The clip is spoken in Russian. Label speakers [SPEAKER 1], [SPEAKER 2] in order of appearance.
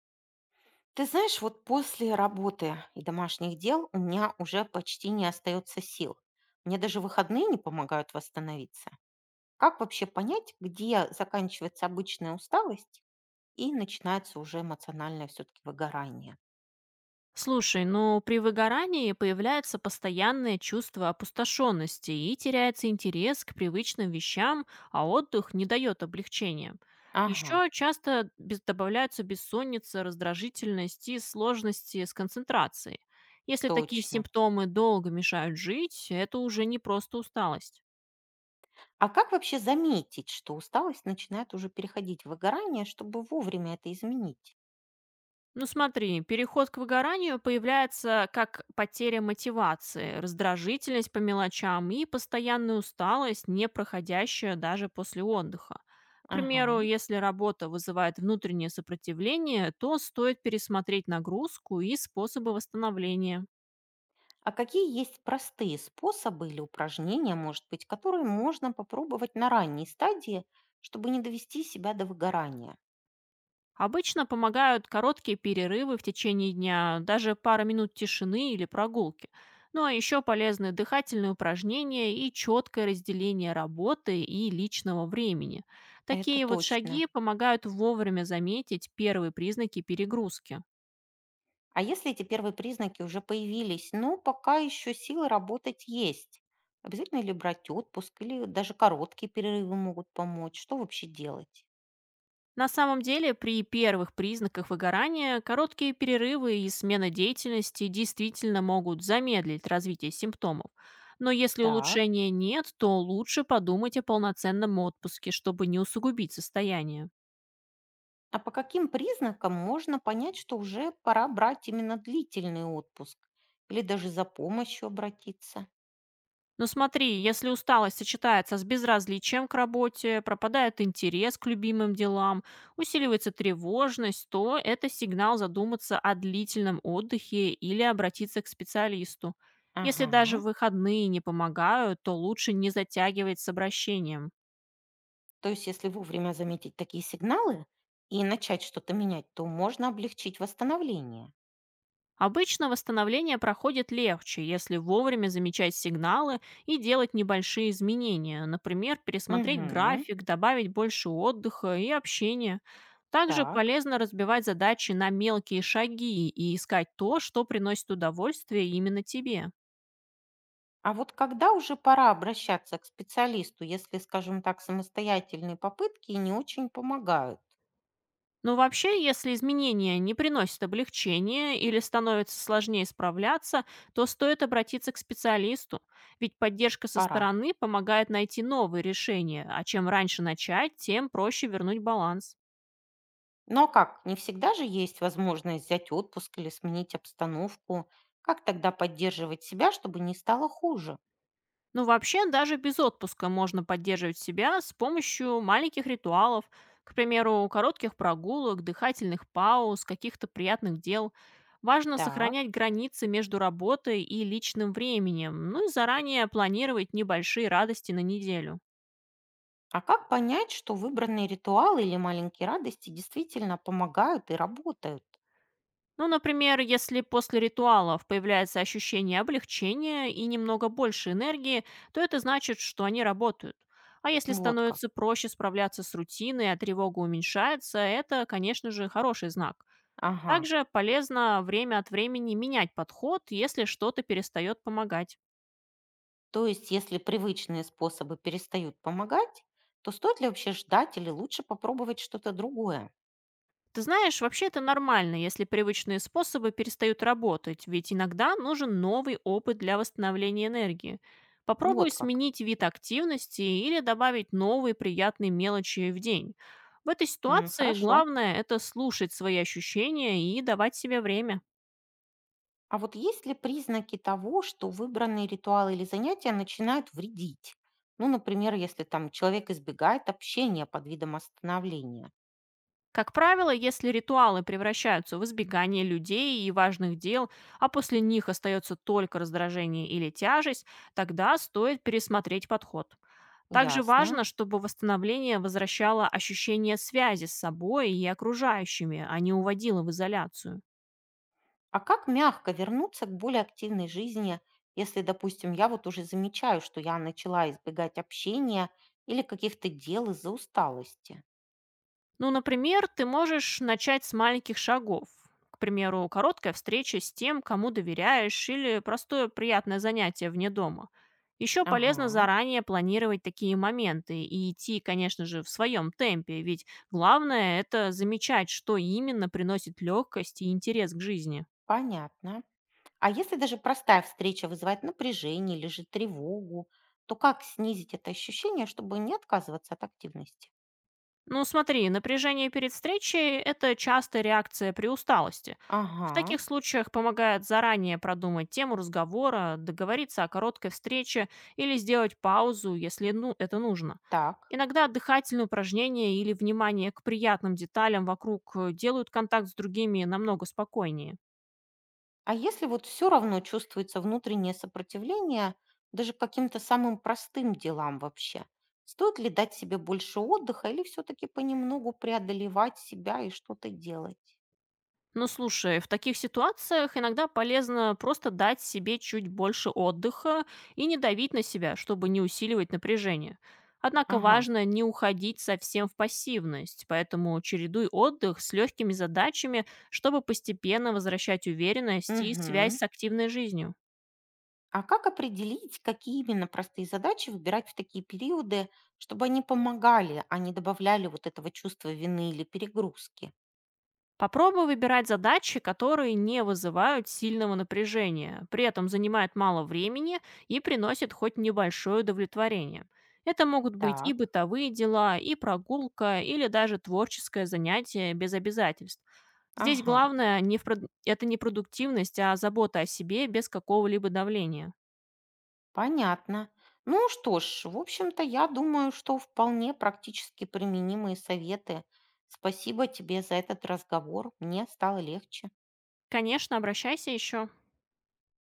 [SPEAKER 1] Ты знаешь, вот после работы и домашних дел у меня уже почти не остается сил. Мне даже выходные не помогают восстановиться. Как вообще понять, где заканчивается обычная усталость и начинается уже эмоциональное все-таки выгорание?
[SPEAKER 2] Слушай, ну при выгорании появляется постоянное чувство опустошенности и теряется интерес к привычным вещам, а отдых не дает облегчения.
[SPEAKER 1] Ага,
[SPEAKER 2] Еще часто добавляются бессонница, раздражительность и сложности с концентрацией. Если такие
[SPEAKER 1] точно.
[SPEAKER 2] симптомы долго мешают жить, это уже не просто усталость.
[SPEAKER 1] А как вообще заметить, что усталость начинает уже переходить в выгорание, чтобы вовремя это изменить?
[SPEAKER 2] Ну смотри, переход к выгоранию появляется как потеря мотивации, раздражительность по мелочам и постоянная усталость, не проходящая даже после отдыха. К примеру,
[SPEAKER 1] Ага.
[SPEAKER 2] если работа вызывает внутреннее сопротивление, то стоит пересмотреть нагрузку и способы восстановления.
[SPEAKER 1] А какие есть простые способы или упражнения, может быть, которые можно попробовать на ранней стадии, чтобы не довести себя до выгорания?
[SPEAKER 2] Обычно помогают короткие перерывы в течение дня, даже пара минут тишины или прогулки. Ну а еще полезны дыхательные упражнения и четкое разделение работы и личного времени.
[SPEAKER 1] Это
[SPEAKER 2] Такие вот
[SPEAKER 1] точно.
[SPEAKER 2] шаги помогают вовремя заметить первые признаки перегрузки.
[SPEAKER 1] А если эти первые признаки уже появились, но пока еще силы работать есть? Обязательно ли брать отпуск или даже короткие перерывы могут помочь? Что вообще делать?
[SPEAKER 2] На самом деле, при первых признаках выгорания короткие перерывы и смена деятельности действительно могут замедлить развитие симптомов. Но если
[SPEAKER 1] Так.
[SPEAKER 2] улучшения нет, то лучше подумать о полноценном отпуске, чтобы не усугубить состояние.
[SPEAKER 1] А по каким признакам можно понять, что уже пора брать именно длительный отпуск? Или даже за помощью обратиться?
[SPEAKER 2] Но смотри, если усталость сочетается с безразличием к работе, пропадает интерес к любимым делам, усиливается тревожность, то это сигнал задуматься о длительном отдыхе или обратиться к специалисту. Если даже
[SPEAKER 1] Ага.
[SPEAKER 2] выходные не помогают, то лучше не затягивать с обращением.
[SPEAKER 1] То есть, если вовремя заметить такие сигналы и начать что-то менять, то можно облегчить восстановление.
[SPEAKER 2] Обычно восстановление проходит легче, если вовремя замечать сигналы и делать небольшие изменения, например, пересмотреть
[SPEAKER 1] Угу,
[SPEAKER 2] график, добавить больше отдыха и общения. Также
[SPEAKER 1] так.
[SPEAKER 2] полезно разбивать задачи на мелкие шаги и искать то, что приносит удовольствие именно тебе.
[SPEAKER 1] А вот когда уже пора обращаться к специалисту, если, скажем так, самостоятельные попытки не очень помогают?
[SPEAKER 2] Но вообще, если изменения не приносят облегчения или становится сложнее справляться, то стоит обратиться к специалисту, ведь поддержка со
[SPEAKER 1] Пора.
[SPEAKER 2] стороны помогает найти новые решения, а чем раньше начать, тем проще вернуть баланс.
[SPEAKER 1] Но как, не всегда же есть возможность взять отпуск или сменить обстановку. Как тогда поддерживать себя, чтобы не стало хуже?
[SPEAKER 2] Ну, вообще, даже без отпуска можно поддерживать себя с помощью маленьких ритуалов, к примеру, коротких прогулок, дыхательных пауз, каких-то приятных дел. Важно
[SPEAKER 1] Так.
[SPEAKER 2] сохранять границы между работой и личным временем, ну и заранее планировать небольшие радости на неделю.
[SPEAKER 1] А как понять, что выбранные ритуалы или маленькие радости действительно помогают и работают?
[SPEAKER 2] Ну, например, если после ритуалов появляется ощущение облегчения и немного больше энергии, то это значит, что они работают. А если
[SPEAKER 1] Вот как.
[SPEAKER 2] становится проще справляться с рутиной, а тревога уменьшается, это, конечно же, хороший знак.
[SPEAKER 1] Ага.
[SPEAKER 2] Также полезно время от времени менять подход, если что-то перестает помогать.
[SPEAKER 1] То есть, если привычные способы перестают помогать, то стоит ли вообще ждать или лучше попробовать что-то другое?
[SPEAKER 2] Ты знаешь, вообще это нормально, если привычные способы перестают работать, ведь иногда нужен новый опыт для восстановления энергии. Попробуй
[SPEAKER 1] Вот как.
[SPEAKER 2] сменить вид активности или добавить новые приятные мелочи в день. В этой
[SPEAKER 1] М,
[SPEAKER 2] ситуации
[SPEAKER 1] хорошо.
[SPEAKER 2] главное– это слушать свои ощущения и давать себе время.
[SPEAKER 1] А вот есть ли признаки того, что выбранные ритуалы или занятия начинают вредить? Ну, например, если там человек избегает общения под видом остановления.
[SPEAKER 2] Как правило, если ритуалы превращаются в избегание людей и важных дел, а после них остается только раздражение или тяжесть, тогда стоит пересмотреть подход. Также
[SPEAKER 1] Ясно.
[SPEAKER 2] важно, чтобы восстановление возвращало ощущение связи с собой и окружающими, а не уводило в изоляцию.
[SPEAKER 1] А как мягко вернуться к более активной жизни, если, допустим, я вот уже замечаю, что я начала избегать общения или каких-то дел из-за усталости?
[SPEAKER 2] Ну, например, ты можешь начать с маленьких шагов. К примеру, короткая встреча с тем, кому доверяешь, или простое приятное занятие вне дома. Еще полезно
[SPEAKER 1] Ага,
[SPEAKER 2] заранее планировать такие моменты и идти, конечно же, в своем темпе, ведь главное– это замечать, что именно приносит легкость и интерес к жизни.
[SPEAKER 1] понятно. А если даже простая встреча вызывает напряжение или же тревогу, то как снизить это ощущение, чтобы не отказываться от активности?
[SPEAKER 2] Ну смотри, напряжение перед встречей– это частая реакция при усталости. В
[SPEAKER 1] Ага,
[SPEAKER 2] таких случаях помогает заранее продумать тему разговора, договориться о короткой встрече или сделать паузу, если это нужно.
[SPEAKER 1] так.
[SPEAKER 2] Иногда дыхательные упражнения или внимание к приятным деталям вокруг делают контакт с другими намного спокойнее.
[SPEAKER 1] А если вот все равно чувствуется внутреннее сопротивление даже к каким-то самым простым делам вообще, стоит ли дать себе больше отдыха или все-таки понемногу преодолевать себя и что-то делать?
[SPEAKER 2] Ну, слушай, в таких ситуациях иногда полезно просто дать себе чуть больше отдыха и не давить на себя, чтобы не усиливать напряжение. Однако
[SPEAKER 1] Ага.
[SPEAKER 2] важно не уходить совсем в пассивность, поэтому чередуй отдых с легкими задачами, чтобы постепенно возвращать уверенность и связь
[SPEAKER 1] Мгм.
[SPEAKER 2] с активной жизнью.
[SPEAKER 1] А как определить, какие именно простые задачи выбирать в такие периоды, чтобы они помогали, а не добавляли вот этого чувства вины или перегрузки?
[SPEAKER 2] Попробуй выбирать задачи, которые не вызывают сильного напряжения, при этом занимают мало времени и приносят хоть небольшое удовлетворение. Это могут быть и
[SPEAKER 1] Так.
[SPEAKER 2] бытовые дела, и прогулка, или даже творческое занятие без обязательств. Здесь
[SPEAKER 1] Ага.
[SPEAKER 2] главное не в прод- это не продуктивность, а забота о себе без какого-либо давления.
[SPEAKER 1] Понятно. Ну что ж, в общем-то, я думаю, что вполне практически применимые советы. Спасибо тебе за этот разговор. Мне стало легче.
[SPEAKER 2] Конечно, обращайся еще.